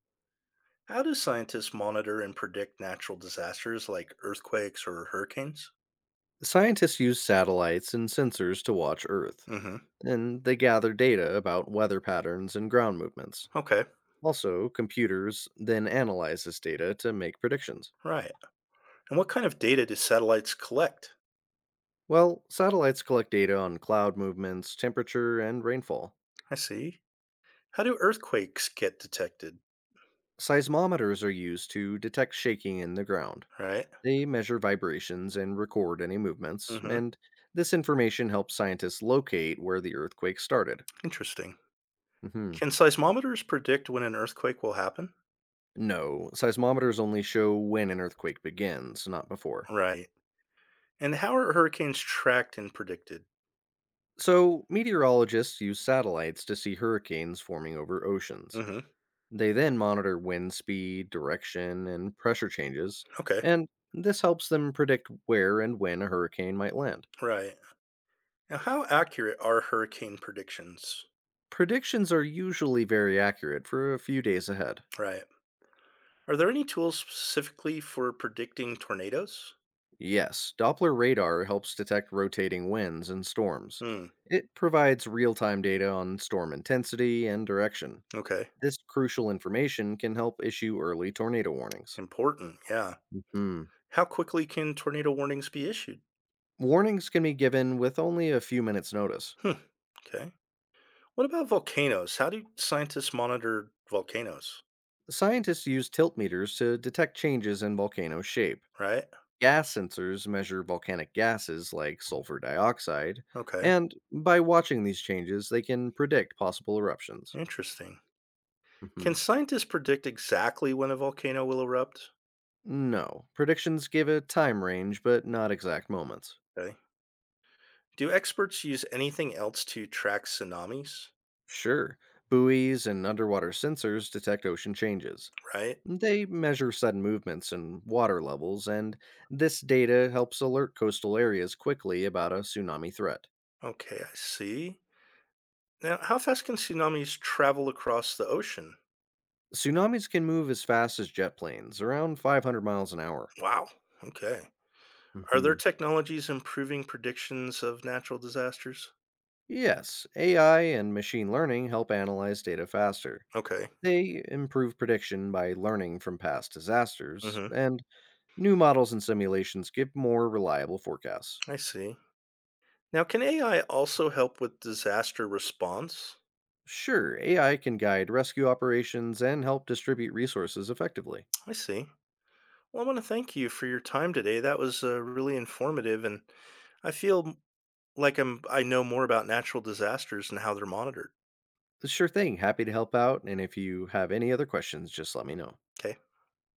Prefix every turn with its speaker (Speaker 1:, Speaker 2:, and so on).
Speaker 1: How do scientists monitor and predict natural disasters like earthquakes or hurricanes?
Speaker 2: Scientists use satellites and sensors to watch Earth,
Speaker 1: Hmm.
Speaker 2: and they gather data about weather patterns and ground movements.
Speaker 1: Okay,
Speaker 2: Also, computers then analyze this data to make predictions.
Speaker 1: right. And what kind of data do satellites collect?
Speaker 2: Well, satellites collect data on cloud movements, temperature, and rainfall.
Speaker 1: I see. How do earthquakes get detected?
Speaker 2: Seismometers are used to detect shaking in the ground.
Speaker 1: Right.
Speaker 2: They measure vibrations and record any movements,
Speaker 1: Hmm.
Speaker 2: and this information helps scientists locate where the earthquake started.
Speaker 1: Interesting.
Speaker 2: Mhm.
Speaker 1: Can seismometers predict when an earthquake will happen?
Speaker 2: No, seismometers only show when an earthquake begins, not before.
Speaker 1: Right. And how are hurricanes tracked and predicted?
Speaker 2: So, meteorologists use satellites to see hurricanes forming over oceans.
Speaker 1: Hmm.
Speaker 2: They then monitor wind speed, direction, and pressure changes,
Speaker 1: Okay,
Speaker 2: and this helps them predict where and when a hurricane might land.
Speaker 1: right. Now, how accurate are hurricane predictions?
Speaker 2: Predictions are usually very accurate for a few days ahead.
Speaker 1: Right. Are there any tools specifically for predicting tornadoes?
Speaker 2: Yes, Doppler radar helps detect rotating winds and storms.
Speaker 1: Hmm.
Speaker 2: It provides real time data on storm intensity and direction.
Speaker 1: Okay.
Speaker 2: This crucial information can help issue early tornado warnings.
Speaker 1: Important, yeah.
Speaker 2: Hmm.
Speaker 1: How quickly can tornado warnings be issued?
Speaker 2: Warnings can be given with only a few minutes' notice.
Speaker 1: Hmm. Okay. What about volcanoes? How do scientists monitor volcanoes?
Speaker 2: Scientists use tilt meters to detect changes in volcano shape.
Speaker 1: Right?
Speaker 2: Gas sensors measure volcanic gases like sulfur dioxide,
Speaker 1: Okay.
Speaker 2: and by watching these changes, they can predict possible eruptions.
Speaker 1: Interesting.
Speaker 2: hmm
Speaker 1: Can scientists predict exactly when a volcano will erupt?
Speaker 2: No, predictions give a time range, but not exact moments.
Speaker 1: Okay. Do experts use anything else to track tsunamis?
Speaker 2: Sure, buoys and underwater sensors detect ocean changes.
Speaker 1: Right?
Speaker 2: They measure sudden movements and water levels, and this data helps alert coastal areas quickly about a tsunami threat.
Speaker 1: Okay, I see. Now, how fast can tsunamis travel across the ocean?
Speaker 2: Tsunamis can move as fast as jet planes, around 500 miles an hour.
Speaker 1: Wow. Okay. Are
Speaker 2: hmm
Speaker 1: there technologies improving predictions of natural disasters?
Speaker 2: Yes, AI and machine learning help analyze data faster.
Speaker 1: Okay.
Speaker 2: They improve prediction by learning from past disasters,
Speaker 1: Mhm.
Speaker 2: and new models and simulations give more reliable forecasts.
Speaker 1: I see. Now, can AI also help with disaster response?
Speaker 2: Sure, AI can guide rescue operations and help distribute resources effectively.
Speaker 1: I see. Well, I want to thank you for your time today. That was really informative, and I feel m- like I know more about natural disasters and how they're monitored.
Speaker 2: Sure thing. Happy to help out. And if you have any other questions, just let me know.
Speaker 1: Okay.